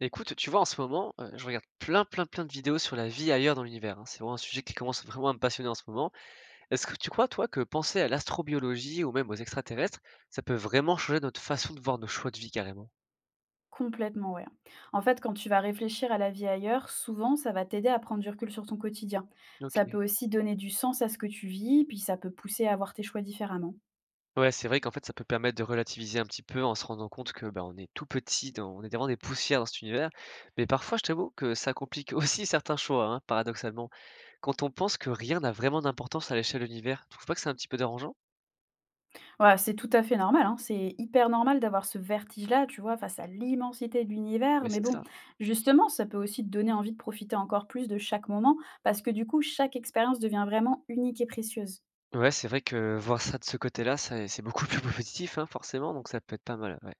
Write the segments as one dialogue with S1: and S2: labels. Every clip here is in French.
S1: Écoute, tu vois, en ce moment, je regarde plein, plein, plein de vidéos sur la vie ailleurs dans l'univers, hein. C'est vraiment un sujet qui commence vraiment à me passionner en ce moment. Est-ce que tu crois, toi, que penser à l'astrobiologie ou même aux extraterrestres, ça peut vraiment changer notre façon de voir nos choix de vie carrément?
S2: Complètement, ouais. En fait, quand tu vas réfléchir à la vie ailleurs, souvent, ça va t'aider à prendre du recul sur ton quotidien. Ça
S1: OK.
S2: peut aussi donner du sens à ce que tu vis, puis ça peut pousser à voir tes choix différemment.
S1: Ouais, c'est vrai qu'en fait, ça peut permettre de relativiser un petit peu en se rendant compte que, bah, on est tout petit dans on est vraiment des poussières dans cet univers. Mais parfois, je t'avoue que ça complique aussi certains choix, hein, paradoxalement. Quand on pense que rien n'a vraiment d'importance à l'échelle de l'univers, tu trouves pas que c'est un petit peu dérangeant?
S2: Voilà, c'est tout à fait normal, hein, c'est hyper normal d'avoir ce vertige-là, tu vois, face à l'immensité de l'univers.
S1: Mais
S2: Mais
S1: c'est
S2: bon,
S1: ça.
S2: justement, ça peut aussi te donner envie de profiter encore plus de chaque moment, parce que du coup, chaque expérience devient vraiment unique et précieuse.
S1: Ouais, c'est vrai que voir ça de ce côté-là, c'est beaucoup plus positif, hein, forcément, donc ça peut être pas mal, ouais.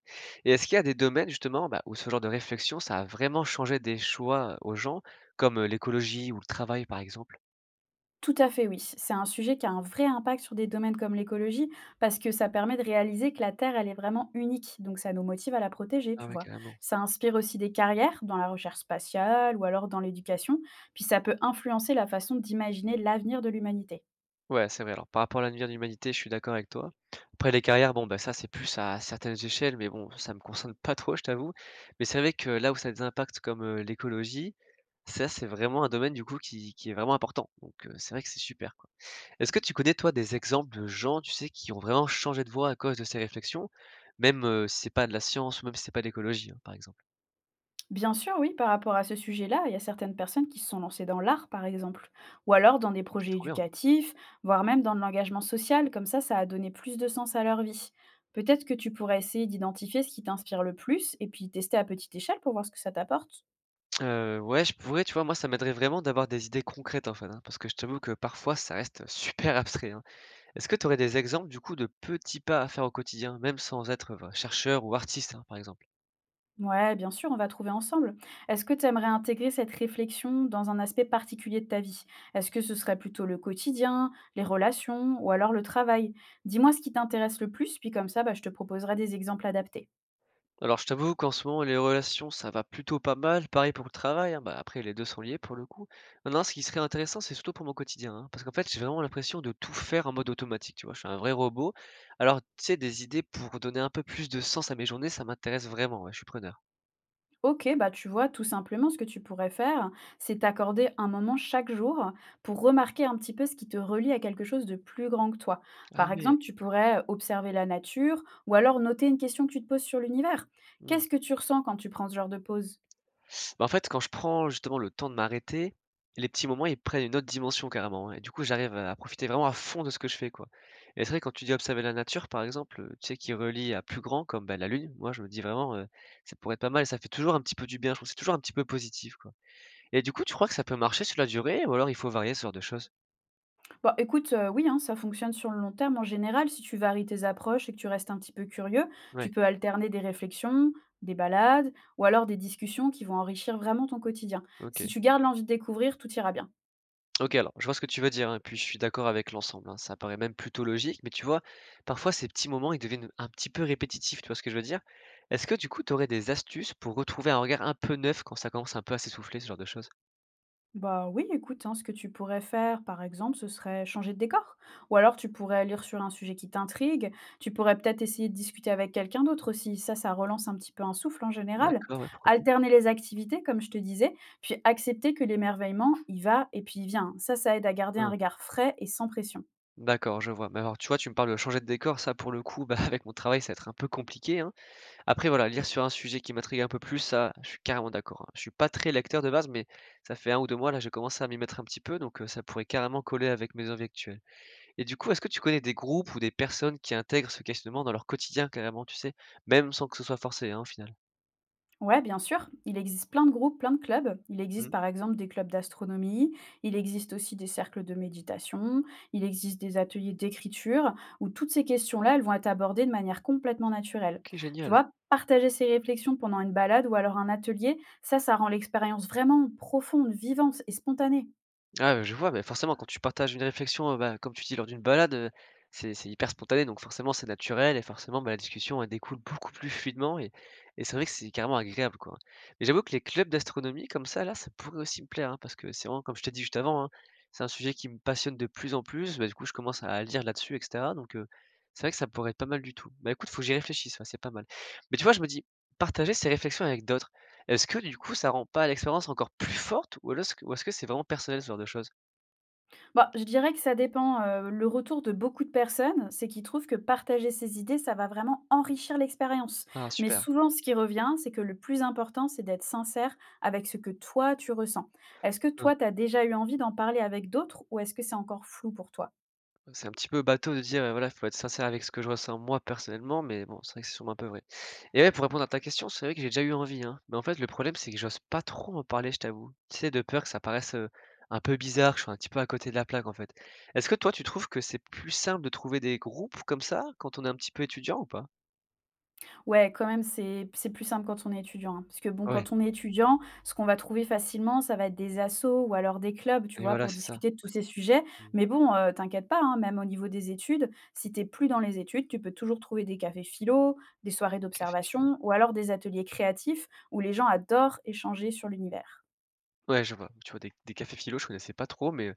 S1: Et est-ce qu'il y a des domaines justement, bah, où ce genre de réflexion, ça a vraiment changé des choix aux gens, comme, l'écologie ou le travail, par exemple?
S2: Tout à fait, oui. C'est un sujet qui a un vrai impact sur des domaines comme l'écologie, parce que ça permet de réaliser que la Terre, elle est vraiment unique, donc ça nous motive à la protéger,
S1: Ah
S2: tu
S1: ouais,
S2: vois.
S1: carrément.
S2: Ça inspire aussi des carrières dans la recherche spatiale ou alors dans l'éducation, puis ça peut influencer la façon d'imaginer l'avenir de l'humanité.
S1: Ouais, c'est vrai, alors par rapport à l'avenir de l'humanité, je suis d'accord avec toi. Après les carrières, bon, bah, ça, c'est plus à certaines échelles, mais bon, ça me concerne pas trop, je t'avoue. Mais c'est vrai que là où ça a des impacts comme, l'écologie, ça, c'est vraiment un domaine du coup qui est vraiment important, donc c'est vrai que c'est super, quoi. Est-ce que tu connais, toi, des exemples de gens, tu sais, qui ont vraiment changé de voie à cause de ces réflexions? Même, si c'est pas de la science ou même si c'est pas de l'écologie, hein, par exemple?
S2: Bien sûr, oui, par rapport à ce sujet-là, il y a certaines personnes qui se sont lancées dans l'art, par exemple, ou alors dans des
S1: OK,
S2: projets
S1: trop bien.
S2: éducatifs, voire même dans de l'engagement social, comme ça a donné plus de sens à leur vie. Peut-être que tu pourrais essayer d'identifier ce qui t'inspire le plus et puis tester à petite échelle pour voir ce que ça t'apporte.
S1: Ouais, je pourrais, tu vois, moi, ça m'aiderait vraiment d'avoir des idées concrètes, en fait, hein, parce que je t'avoue que parfois ça reste, super abstrait, hein. Est-ce que tu aurais des exemples, du coup, de petits pas à faire au quotidien, même sans être, bah, chercheur ou artiste, hein, par exemple?
S2: Ouais, bien sûr, on va trouver ensemble. Est-ce que tu aimerais intégrer cette réflexion dans un aspect particulier de ta vie? Est-ce que ce serait plutôt le quotidien, les relations ou alors le travail? Dis-moi ce qui t'intéresse le plus, puis comme ça, bah, je te proposerai des exemples adaptés.
S1: Alors, je t'avoue qu'en ce moment, les relations, ça va plutôt pas mal. Pareil pour le travail, hein, bah, après, les 2 sont liés pour le coup. Maintenant, ce qui serait intéressant, c'est surtout pour mon quotidien, hein, parce qu'en fait, j'ai vraiment l'impression de tout faire en mode automatique, tu vois? Je suis un vrai robot. Alors, tu sais, des idées pour donner un peu plus de sens à mes journées, ça m'intéresse vraiment, ouais, je suis preneur.
S2: OK, bah, tu vois, tout simplement, ce que tu pourrais faire, c'est t'accorder un moment chaque jour pour remarquer un petit peu ce qui te relie à quelque chose de plus grand que toi.
S1: Ah
S2: Par
S1: ouais.
S2: exemple, tu pourrais observer la nature ou alors noter une question que tu te poses sur l'univers.
S1: Mmh.
S2: Qu'est-ce que tu ressens quand tu prends ce genre de pause?
S1: Bah, en fait, quand je prends justement le temps de m'arrêter, les petits moments, ils prennent une autre dimension carrément, hein, et du coup, j'arrive à profiter vraiment à fond de ce que je fais, quoi. Et c'est vrai, quand tu dis observer la nature, par exemple, tu sais, qui relie à plus grand comme, bah, la lune, moi, je me dis vraiment, ça pourrait être pas mal et ça fait toujours un petit peu du bien, je trouve, que c'est toujours un petit peu positif, quoi. Et du coup, tu crois que ça peut marcher sur la durée ou alors il faut varier ce genre de choses?
S2: Bah, écoute, oui, hein, ça fonctionne sur le long terme en général. Si tu varies tes approches et que tu restes un petit peu curieux,
S1: Ouais,
S2: tu peux alterner des réflexions, des balades ou alors des discussions qui vont enrichir vraiment ton quotidien. Si
S1: OK.
S2: tu gardes l'envie de découvrir, tout ira bien.
S1: OK, alors je vois ce que tu veux dire, hein, puis je suis d'accord avec l'ensemble, hein. Ça paraît même plutôt logique, mais tu vois, parfois ces petits moments, ils deviennent un petit peu répétitifs, tu vois ce que je veux dire? Est-ce que du coup, tu aurais des astuces pour retrouver un regard un peu neuf quand ça commence un peu à s'essouffler, ce genre de choses?
S2: Bah oui, écoute, hein, ce que tu pourrais faire, par exemple, ce serait changer de décor. Ou alors tu pourrais lire sur un sujet qui t'intrigue. Tu pourrais peut-être essayer de discuter avec quelqu'un d'autre aussi. Ça relance un petit peu un souffle en général.
S1: D'accord, ouais, pourquoi pas.
S2: Alterner les activités, comme je te disais, puis accepter que l'émerveillement, il va et puis il vient. Ça aide à garder un
S1: Ouais.
S2: regard frais et sans pression.
S1: D'accord, je vois. Mais alors, tu vois, tu me parles de changer de décor, ça pour le coup, bah, avec mon travail, ça va être un peu compliqué, hein. Après voilà, lire sur un sujet qui m'intrigue un peu plus, ça, je suis carrément d'accord, hein. Je suis pas très lecteur de base, mais ça fait un ou 2 mois là, j'ai commencé à m'y mettre un petit peu, donc ça pourrait carrément coller avec mes envies actuelles. Et du coup, est-ce que tu connais des groupes ou des personnes qui intègrent ce questionnement dans leur quotidien carrément, tu sais? Même sans que ce soit forcé, hein, au final?
S2: Ouais, bien sûr. Il existe plein de groupes, plein de clubs. Il
S1: Mmh.
S2: existe par exemple des clubs d'astronomie, il existe aussi des cercles de méditation, il existe des ateliers d'écriture où toutes ces questions-là, elles vont être abordées de manière complètement naturelle.
S1: OK,
S2: Tu
S1: génial.
S2: vois, partager ses réflexions pendant une balade ou alors un atelier, ça rend l'expérience vraiment profonde, vivante et spontanée.
S1: Ah, je vois, beh, forcément quand tu partages une réflexion, bah, comme tu dis lors d'une balade, c'est hyper spontané donc forcément c'est naturel et forcément, bah, la discussion elle découle beaucoup plus fluidement et c'est vrai que c'est carrément agréable, quoi. Mais j'avoue que les clubs d'astronomie comme ça là, ça pourrait aussi me plaire, hein, parce que c'est vraiment comme je t'ai dit juste avant, hein, c'est un sujet qui me passionne de plus en plus, bah, du coup je commence à lire là-dessus et cetera donc c'est vrai que ça pourrait être pas mal du tout. Bah, écoute, faut que j'y réfléchisse, ouais, c'est pas mal. Mais tu vois, je me dis, partager ses réflexions avec d'autres, est-ce que du coup, ça rend pas l'expérience encore plus forte ou alors est-ce que c'est vraiment personnel ce genre de choses?
S2: Bah, je dirais que ça dépend, le retour de beaucoup de personnes, c'est qu'ils trouvent que partager ses idées, ça va vraiment enrichir l'expérience.
S1: Ah
S2: Mais
S1: super,
S2: souvent, ce qui revient, c'est que le plus important, c'est d'être sincère avec ce que toi, tu ressens. Est-ce que
S1: hein.
S2: toi, tu as déjà eu envie d'en parler avec d'autres ou est-ce que c'est encore flou pour toi?
S1: C'est un petit peu bateau de dire, voilà, il faut être sincère avec ce que je ressens moi personnellement, mais bon, c'est vrai que c'est sûrement un peu vrai. Et ouais, pour répondre à ta question, c'est vrai que j'ai déjà eu envie, hein, mais en fait le problème c'est que j'ose pas trop en parler, je t'avoue. Tu sais, de peur que ça paraisse, un peu bizarre, que je sois un petit peu à côté de la plaque en fait. Est-ce que toi tu trouves que c'est plus simple de trouver des groupes comme ça quand on est un petit peu étudiant ou pas?
S2: Ouais, quand même, c'est plus simple quand on est étudiant, hein. Parce que bon,
S1: Ouais
S2: quand on est étudiant, ce qu'on va trouver facilement, ça va être des assos ou alors des clubs, tu
S1: et
S2: vois,
S1: voilà,
S2: pour
S1: c'est ça.
S2: discuter de tous ces sujets.
S1: Mmh.
S2: Mais bon, t'inquiète pas, hein, même au niveau des études, si t'es plus dans les études, tu peux toujours trouver des cafés philo, des soirées
S1: Café.
S2: d'observation ou alors des ateliers créatifs où les gens adorent échanger sur l'univers.
S1: Ouais, je vois. Tu vois des cafés philo, je connaissais pas trop, mais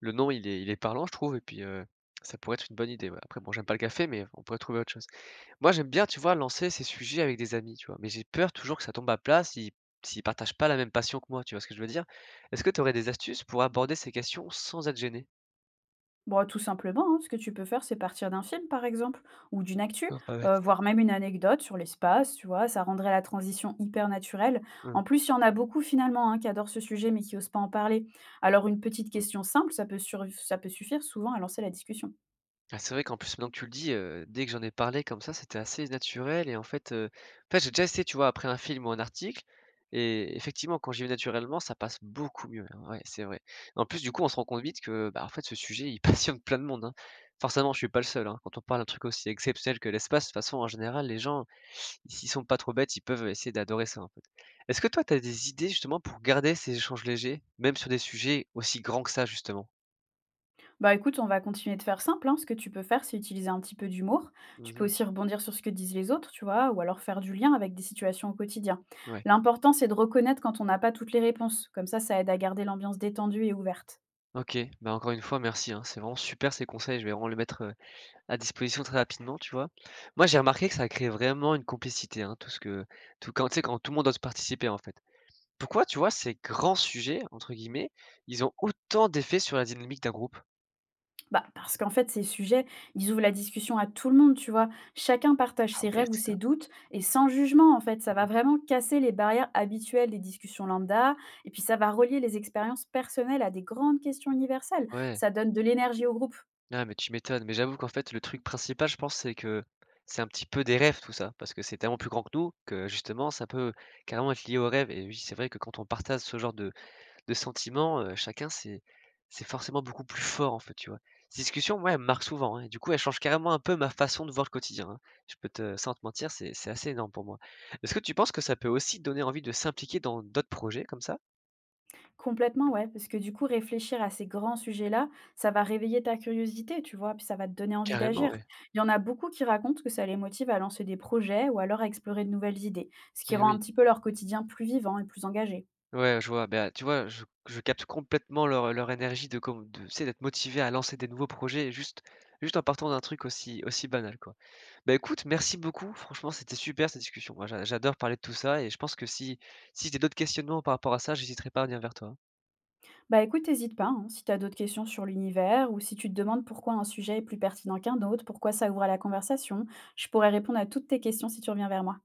S1: le nom il est parlant, je trouve et puis, ça pourrait être une bonne idée, ouais. Après bon, j'aime pas le café, mais on pourrait trouver autre chose. Moi, j'aime bien, tu vois, lancer ces sujets avec des amis, tu vois? Mais j'ai peur toujours que ça tombe à plat si s'ils partagent pas la même passion que moi, tu vois ce que je veux dire? Est-ce que tu aurais des astuces pour aborder ces questions sans être gêné?
S2: Bon, tout simplement, hein, ce que tu peux faire, c'est partir d'un film, par exemple, ou d'une actu,
S1: Ah, pas bête.
S2: voire même une anecdote sur l'espace, tu vois, ça rendrait la transition hyper naturelle.
S1: Mmh. Mmh.
S2: En plus, il y en a beaucoup finalement hein, qui adorent ce sujet mais qui osent pas en parler. Alors une petite question simple, ça peut, ça peut suffire souvent à lancer la discussion.
S1: Ah, c'est vrai qu'en plus, maintenant que tu le dis, dès que j'en ai parlé comme ça, c'était assez naturel et en fait, j'ai déjà essayé, tu vois, après un film ou un article et effectivement, quand j'y vais naturellement, ça passe beaucoup mieux, hein. Ouais, c'est vrai. En plus, du coup, on se rend compte vite que, bah, en fait, ce sujet, il passionne plein de monde, hein. Forcément, je suis pas le seul, hein. Quand on parle d'un truc aussi exceptionnel que l'espace, de toute façon, en général, les gens, s'ils sont pas trop bêtes, ils peuvent essayer d'adorer ça, en fait. Est-ce que toi, tu as des idées justement pour garder ces échanges légers, même sur des sujets aussi grands que ça, justement?
S2: Bah écoute, on va continuer de faire simple, hein. Ce que tu peux faire, c'est utiliser un petit peu d'humour. Tu peux
S1: Mmh.
S2: aussi rebondir sur ce que disent les autres, tu vois, ou alors faire du lien avec des situations au quotidien.
S1: Ouais.
S2: L'important, c'est de reconnaître quand on n'a pas toutes les réponses. Comme ça aide à garder l'ambiance détendue et ouverte.
S1: OK, bah, encore une fois merci, hein. C'est vraiment super ces conseils, je vais vraiment les mettre, à disposition très rapidement, tu vois? Moi, j'ai remarqué que ça crée vraiment une complicité, hein, tout ce que tout quand tu sais, quand tout le monde ose participer, en fait. Pourquoi, tu vois, «ces grands sujets» entre guillemets, ils ont autant d'effet sur la dynamique d'un groupe?
S2: Bah, parce qu'en fait, ces sujets, ils ouvrent la discussion à tout le monde, tu vois. Chacun partage
S1: Ah
S2: ses
S1: ouais,
S2: rêves ou
S1: c'est ça.
S2: ses doutes et sans jugement, en fait, ça va
S1: Mmh.
S2: vraiment casser les barrières habituelles des discussions lambda et puis ça va relier les expériences personnelles à des grandes questions universelles.
S1: Ouais.
S2: Ça donne de l'énergie au groupe.
S1: Ah, mais tu m'étonnes, mais j'avoue qu'en fait, le truc principal, je pense, c'est que c'est un petit peu des rêves tout ça, parce que c'est tellement plus grand que nous que, justement, ça peut carrément être lié aux rêves et oui, c'est vrai que quand on partage ce genre de sentiments, chacun c'est forcément beaucoup plus fort, en fait, tu vois? Ces discussions, moi, elles me marquent souvent, hein, et du coup, elles changent carrément un peu ma façon de voir le quotidien, hein. Je peux te sans te mentir, c'est assez énorme pour moi. Est-ce que tu penses que ça peut aussi donner envie de s'impliquer dans d'autres projets comme ça?
S2: Complètement, ouais, parce que du coup, réfléchir à ces grands sujets-là, ça va réveiller ta curiosité, tu vois, puis ça va te donner envie
S1: Carrément,
S2: d'agir.
S1: ouais.
S2: Il y en a beaucoup qui racontent que ça les motive à lancer des projets ou alors à explorer de nouvelles idées, ce qui
S1: Eh
S2: rend
S1: oui.
S2: un petit peu leur quotidien plus vivant et plus engagé.
S1: Ouais, je vois, bah, tu vois, je capte complètement leur énergie de com de tu sais, d'être motivés à lancer des nouveaux projets juste en partant d'un truc aussi banal, quoi. Bah, écoute, merci beaucoup. Franchement, c'était super cette discussion. Moi, j'adore parler de tout ça et je pense que si j'ai d'autres questionnements par rapport à ça, j'hésiterai pas à venir vers toi.
S2: Bah écoute, hésite pas, hein, si tu as d'autres questions sur l'univers ou si tu te demandes pourquoi un sujet est plus pertinent qu'un autre, pourquoi ça ouvre à la conversation, je pourrais répondre à toutes tes questions si tu reviens vers moi.